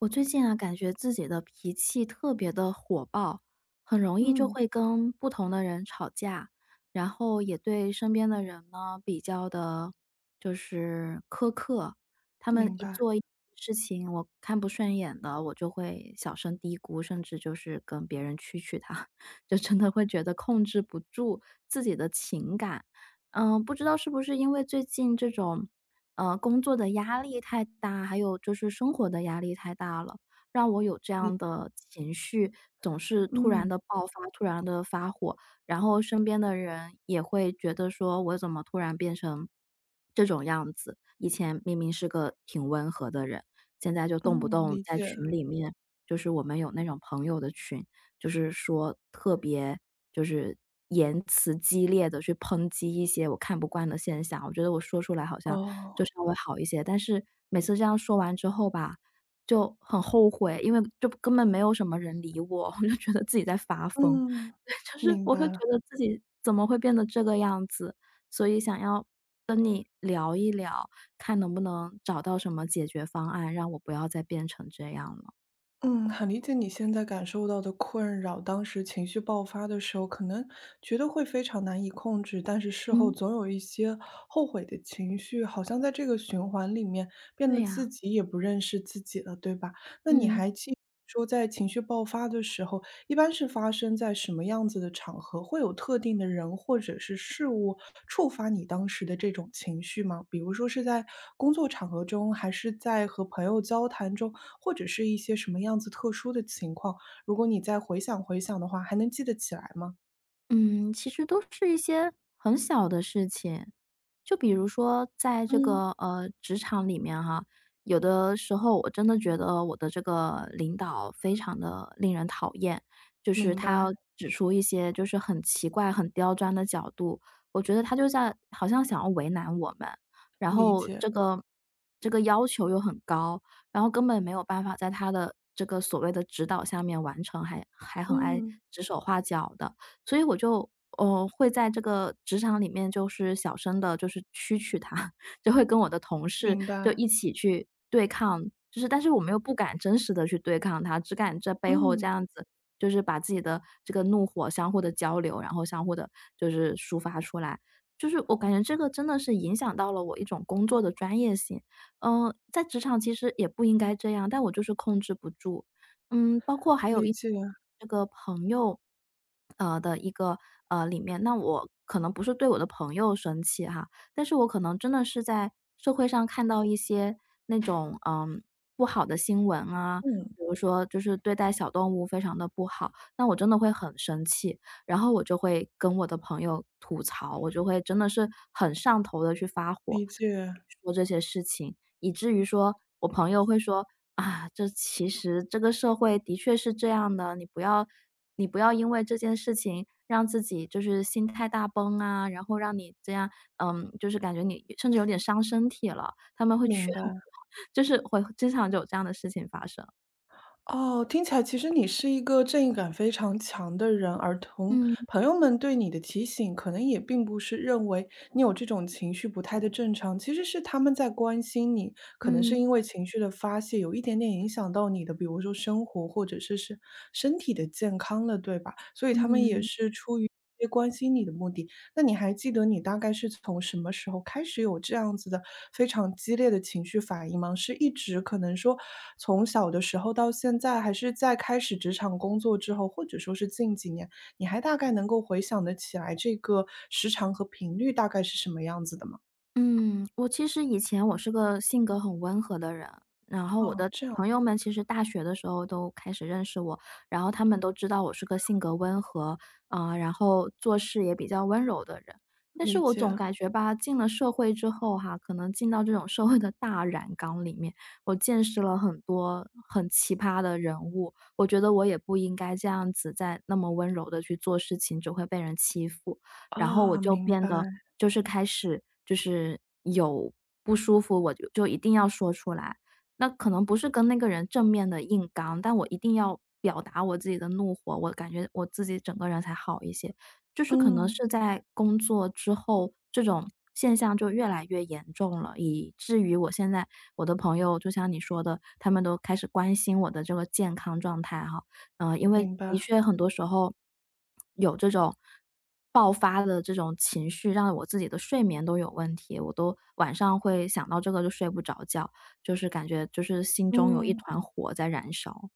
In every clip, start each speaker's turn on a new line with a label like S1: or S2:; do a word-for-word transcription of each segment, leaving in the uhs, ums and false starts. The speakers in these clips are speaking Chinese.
S1: 我最近啊，感觉自己的脾气特别的火爆，很容易就
S2: 嗯，
S1: 会跟不同的人吵架，然后也对身边的人呢比较的，就是苛刻。他们
S2: 明
S1: 一
S2: 白，
S1: 做一事情我看不顺眼的，我就会小声嘀咕，甚至就是跟别人蛐蛐他，就真的会觉得控制不住自己的情感。嗯，不知道是不是因为最近这种呃，工作的压力太大，还有就是生活的压力太大了，让我有这
S2: 理
S1: 样的情绪，总是突然
S2: 嗯，
S1: 的爆发，突然的发火，然后身边的人也会觉得说我怎么突然变成这种样子，以前明明是个挺温和的人，现在就动不
S2: 嗯，
S1: 动
S2: 理
S1: 在
S2: 解，
S1: 群里面就是我们有那种朋友的群，就是说特别就是言辞激烈的去抨击一些我看不惯的现象，我觉得我说出来好像就
S2: 哦，
S1: 稍微好一些，但是每次这样说完之后吧，就很后悔，因为就根本没有什么人理我，我就觉得自己在发疯，
S2: 嗯，
S1: 就是
S2: 明
S1: 我
S2: 白
S1: 会觉
S2: 了，
S1: 得自己怎么会变得这个样子，所以想要跟你聊一聊，看能不能找到什么解决方案，让我不要再变成这样了。
S2: 嗯，很理解你现在感受到的困扰。当时情绪爆发的时候，可能觉得会非常难以控制，但是事后
S1: 嗯，
S2: 总有一些后悔的情绪，好像在这个循环里面变
S1: 对
S2: 得自
S1: 呀，
S2: 己也不认识自己了，对吧？
S1: 嗯。
S2: 说在情绪爆发的时候，一般是发生在什么样子的场合？会有特定的人或者是事物触发你当时的这种情绪吗？比如说是在工作场合中，还是在和朋友交谈中，或者是一些什么样子特殊的情况？如果你再回想回想的话，还能记得起来吗？
S1: 嗯，其实都是一些很小的事情，就比如说在这
S2: 嗯，
S1: 个呃职场里面哈，有的时候我真的觉得我的这个领导非常的令人讨厌，就是
S2: 明
S1: 他
S2: 白，
S1: 要指出一些就是很奇怪、很刁钻的角度，我觉得他就在好像想要为难我们，然
S2: 理
S1: 后
S2: 解，
S1: 这个这个要求又很高，然后根本没有办法在他的这个所谓的指导下面完成，还还很爱
S2: 嗯，
S1: 指手画脚的。所以我就，呃，会在这个职场里面就是小声的，就是蛐蛐他，就会跟我的同事
S2: 明
S1: 就
S2: 白，
S1: 一起去对抗，就是但是我们又不敢真实的去对抗它，只敢在背后这
S2: 嗯，
S1: 样子，就是把自己的这个怒火相互的交流，然后相互的就是抒发出来。就是我感觉这个真的是影响到了我一种工作的专业性。嗯，在职场其实也不应该这样，但我就是控制不住。嗯，包括还有
S2: 理
S1: 一
S2: 解，
S1: 这个朋友，呃，的一个呃，里面，那我可能不是对我的朋友生气哈，但是我可能真的是在社会上看到一些那种，嗯，不好的新闻啊，
S2: 嗯，
S1: 比如说就是对待小动物非常的不好，那我真的会很生气，然后我就会跟我的朋友吐槽，我就会真的是很上头的去发火，
S2: 理解，
S1: 说这些事情。以至于说我朋友会说：“啊，这其实这个社会的确是这样的，你不要你不要因为这件事情让自己就是心态大崩啊，然后让你这样，嗯，就是感觉你甚至有点伤身体了。”他们会劝
S2: 明
S1: 我，
S2: 白。
S1: 就是会经常就有这样的事情发生。
S2: 哦，听起来其实你是一个正义感非常强的人，而同
S1: 嗯
S2: 朋友们对你的提醒，可能也并不是认为你有这种情绪不太的正常，其实是他们在关心你，可能是
S1: 嗯
S2: 因为情绪的发泄有一点点影响到你的，比如说生活或者是是身体的健康了，对吧？所以他们也
S1: 嗯。
S2: 是出于一些关心你的目的。那你还记得你大概是从什么时候开始有这样子的非常激烈的情绪反应吗？是一直可能说从小的时候到现在，还是在开始职场工作之后，或者说是近几年，你还大概能够回想得起来这个时长和频率大概是什么样子的吗？
S1: 嗯，我其实以前我是个性格很温和的人，然后我
S2: 哦，
S1: 的
S2: 这样，
S1: 朋友们其实大学的时候都开始认识我，然后他们都知道我是个性格温和，啊，然后做事也比较温柔的人。但是
S2: 理
S1: 我
S2: 解。
S1: 总感觉吧，进了社会之后哈，可能进到这种社会的大染缸里面，我见识了很多很奇葩的人物，我觉得我也不应该这样子再那么温柔的去做事情，只会被人欺负。然后我
S2: 啊，
S1: 就
S2: 明
S1: 变
S2: 白，
S1: 得就是开始就是有不舒服，我就就一定要说出来。那可能不是跟那个人正面的硬刚，但我一定要表达我自己的怒火，我感觉我自己整个人才好一些。就是可能
S2: 嗯，
S1: 是在工作之后，这种现象就越来越严重了，以至于我现在我的朋友就像你说的，他们都开始关心我的这个健康状态哈。嗯，因为
S2: 明
S1: 的
S2: 白，
S1: 确很多时候有这种爆发的这种情绪，让我自己的睡眠都有问题，我都晚上会想到这个就睡不着觉，就是感觉就是心中有一
S2: 嗯。
S1: 团火在燃烧。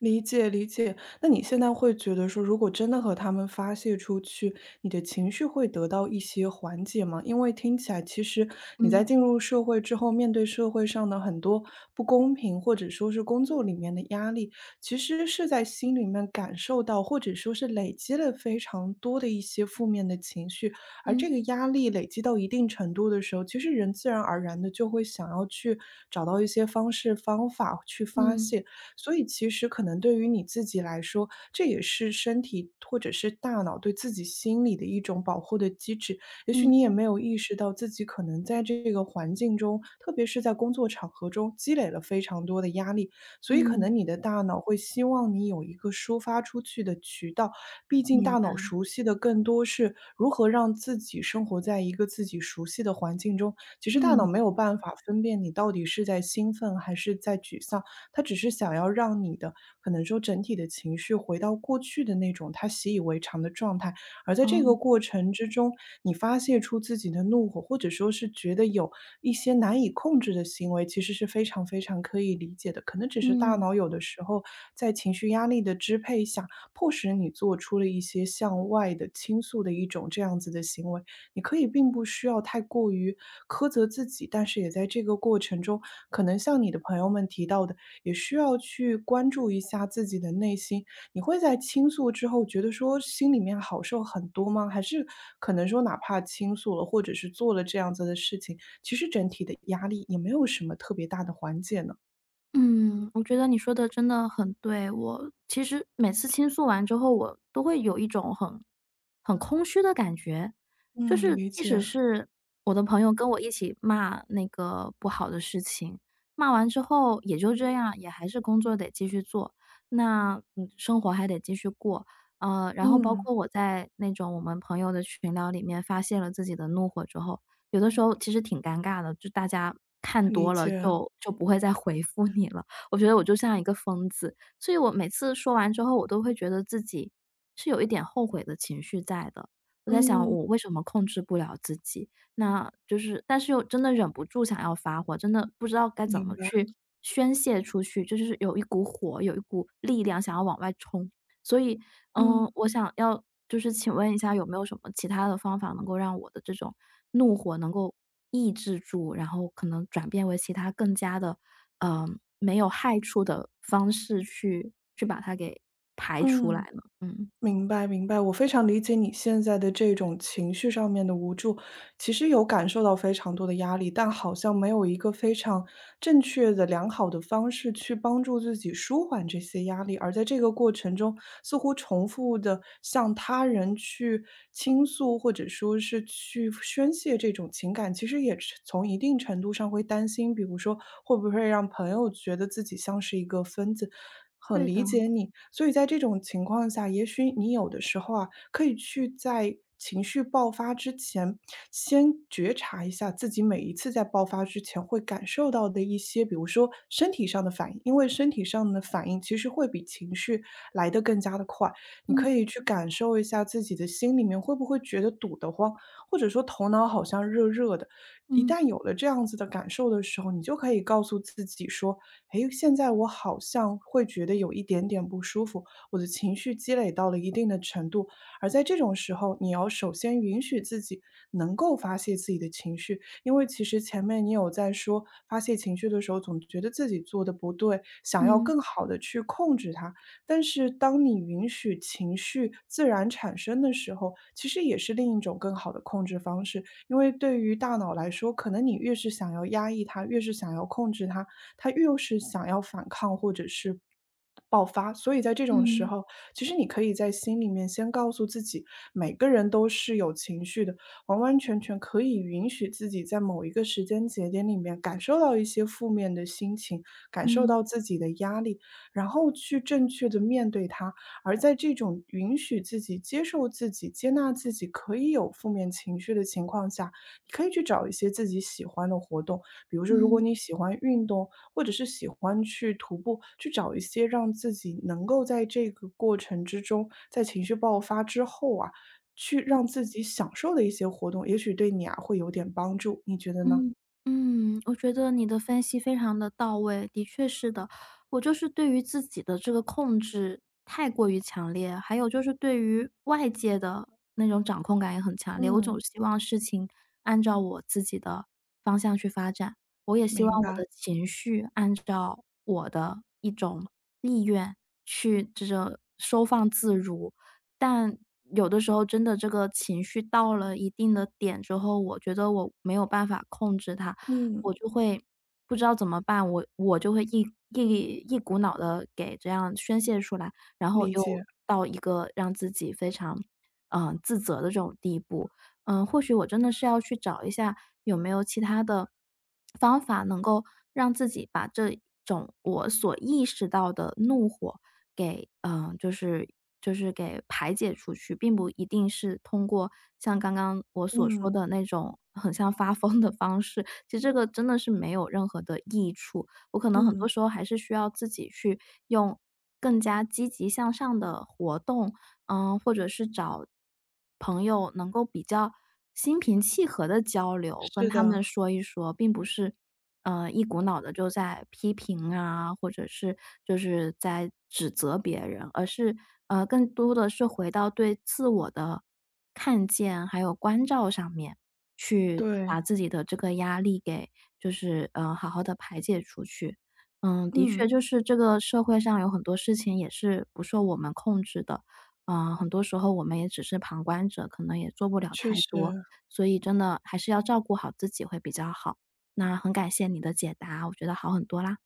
S2: 理解理解，那你现在会觉得说，如果真的和他们发泄出去，你的情绪会得到一些缓解吗？因为听起来，其实你在
S1: 嗯
S2: 进入社会之后，面对社会上的很多不公平，或者说是工作里面的压力，其实是在心里面感受到，或者说是累积了非常多的一些负面的情绪。而这
S1: 嗯
S2: 个压力累积到一定程度的时候，其实人自然而然的就会想要去找到一些方式方法去发
S1: 嗯
S2: 泄。所以其实可能对于你自己来说，这也是身体或者是大脑对自己心理的一种保护的机制。也许
S1: 嗯
S2: 你也没有意识到自己可能在这个环境中，特别是在工作场合中积累了非常多的压力，所以可
S1: 嗯，
S2: 能你的大脑会希望你有一个抒发出去的渠道。毕竟
S1: 明
S2: 大
S1: 白，
S2: 脑熟悉的更多是如何让自己生活在一个自己熟悉的环境中。其实大
S1: 嗯，
S2: 脑没有办法分辨你到底是在兴奋还是在沮丧。他只是想要让你的可能说整体的情绪回到过去的那种他习以为常的状态，而在这个
S1: 哦，
S2: 过程之中，你发泄出自己的怒火，或者说是觉得有一些难以控制的行为，其实是非常非常可以理解的。可能只是大
S1: 嗯。
S2: 脑有的时候在情绪压力的支配下，迫使你做出了一些向外的倾诉的一种这样子的行为。你可以并不需要太过于苛责自己，但是也在这个过程中，可能像你的朋友们提到的，也需要去关注一下自己的内心。你会在倾诉之后觉得说心里面好受很多吗？还是可能说哪怕倾诉了，或者是做了这样子的事情，其实整体的压力也没有什么特别大的缓解呢？
S1: 嗯，我觉得你说的真的很对。我其实每次倾诉完之后，我都会有一种很很空虚的感觉。就
S2: 嗯，
S1: 是
S2: 理
S1: 即
S2: 解，
S1: 使是我的朋友跟我一起骂那个不好的事情，骂完之后也就这样，也还是工作得继续做，那嗯，生活还得继续过。呃，然后包
S2: 嗯，
S1: 括我在那种我们朋友的群聊里面发泄了自己的怒火之后，有的时候其实挺尴尬的，就大家看
S2: 理
S1: 多了
S2: 解，
S1: 就就不会再回复你了。我觉得我就像一个疯子，所以我每次说完之后，我都会觉得自己是有一点后悔的情绪在的。我在想
S2: 嗯，
S1: 我为什么控制不了自己？那就是但是又真的忍不住想要发火，真的不知道该怎
S2: 明
S1: 么
S2: 白。
S1: 去宣泄出去，就是有一股火，有一股力量想要往外冲。所以嗯，
S2: 嗯
S1: 我想要就是请问一下，有没有什么其他的方法能够让我的这种怒火能够抑制住，然后可能转变为其他更加的，嗯，没有害处的方式去去把它给排出来
S2: 嗯，
S1: 呢？嗯。
S2: 明白明白，我非常理解你现在的这种情绪上面的无助，其实有感受到非常多的压力，但好像没有一个非常正确的、良好的方式去帮助自己舒缓这些压力，而在这个过程中，似乎重复的向他人去倾诉，或者说是去宣泄这种情感，其实也是从一定程度上会担心，比如说会不会让朋友觉得自己像是一个疯子。很
S1: 对的，
S2: 理解你，所以在这种情况下，也许你有的时候啊，可以去在情绪爆发之前，先觉察一下自己每一次在爆发之前会感受到的一些，比如说身体上的反应，因为身体上的反应其实会比情绪来得更加的快。你可
S1: 嗯
S2: 以去感受一下自己的心里面会不会觉得堵得慌，或者说头脑好像热热的。一
S1: 嗯
S2: 旦有了这样子的感受的时候，你就可以告诉自己说：“诶，现在我好像会觉得有一点点不舒服，我的情绪积累到了一定的程度，而在这种时候，你要首先允许自己能够发泄自己的情绪，因为其实前面你有在说，发泄情绪的时候，总觉得自己做的不对，想要
S1: 嗯
S2: 更好的去控制它。但是当你允许情绪自然产生的时候，其实也是另一种更好的控制方式，因为对于大脑来说，可能你越是想要压抑它，越是想要控制它，它越是想要反抗或者是。爆发，所以在这种时
S1: 嗯嗯
S2: 候，其实你可以在心里面先告诉自己，每个人都是有情绪的，完完全全可以允许自己在某一个时间节点里面感受到一些负面的心情，感受
S1: 嗯
S2: 到自己的压力，然后去正确的面对它。而在这种允许自己、接受自己、接纳自己可以有负面情绪的情况下，你可以去找一些自己喜欢的活动。比如说，如
S1: 嗯
S2: 果你
S1: 嗯。
S2: 喜欢运动，或者是喜欢去徒步，去找一些让自己能够在这个过程之中，在情绪爆发之后啊，去让自己享受的一些活动，也许对你啊会有点帮助，你觉得呢？
S1: 嗯嗯，我觉得你的分析非常的到位，的确是的。我就是对于自己的这个控制太过于强烈，还有就是对于外界的那种掌控感也很强烈。我总
S2: 嗯，
S1: 希望事情按照我自己的方向去发展，我也希
S2: 明
S1: 望我
S2: 白，
S1: 的情绪按照我的一种意愿去这个收放自如。但有的时候真的这个情绪到了一定的点之后，我觉得我没有办法控制它，我
S2: 嗯，
S1: 就会不知道怎么办，我我就会一一一股脑的给这样宣泄出来，然后
S2: 理
S1: 又
S2: 解，
S1: 到一个让自己非常，嗯呃自责的这种地步。嗯，或许我真的是要去找一下有没有其他的方法能够让自己把这种我所意识到的怒火给嗯，呃就是就是给排解出去，并不一定是通过像刚刚我所说
S2: 嗯
S1: 的那种很像发疯的方式，其实这个真的是没有任何的益处。我可能很多
S2: 嗯，
S1: 时候还是需要自己去用更加积极向上的活动嗯，或者是找朋友能够比较心平气和的交流，跟
S2: 是
S1: 他们
S2: 的，
S1: 说一说，并不是，呃，一股脑的就在批评啊，或者是就是在指责别人，而是，呃，更多的是回到对自我的看见，还有关照上面，去
S2: 对，
S1: 把自己的这个压力给就是，呃，好好的排解出去。嗯，的确
S2: 嗯，
S1: 就是这个社会上有很多事情也是不受我们控制的，嗯呃，很多时候我们也只是旁观者，可能也做不了
S2: 确
S1: 太多，
S2: 实。
S1: 所以真的还是要照顾好自己会比较好。那很感谢你的解答，我觉得好很多啦。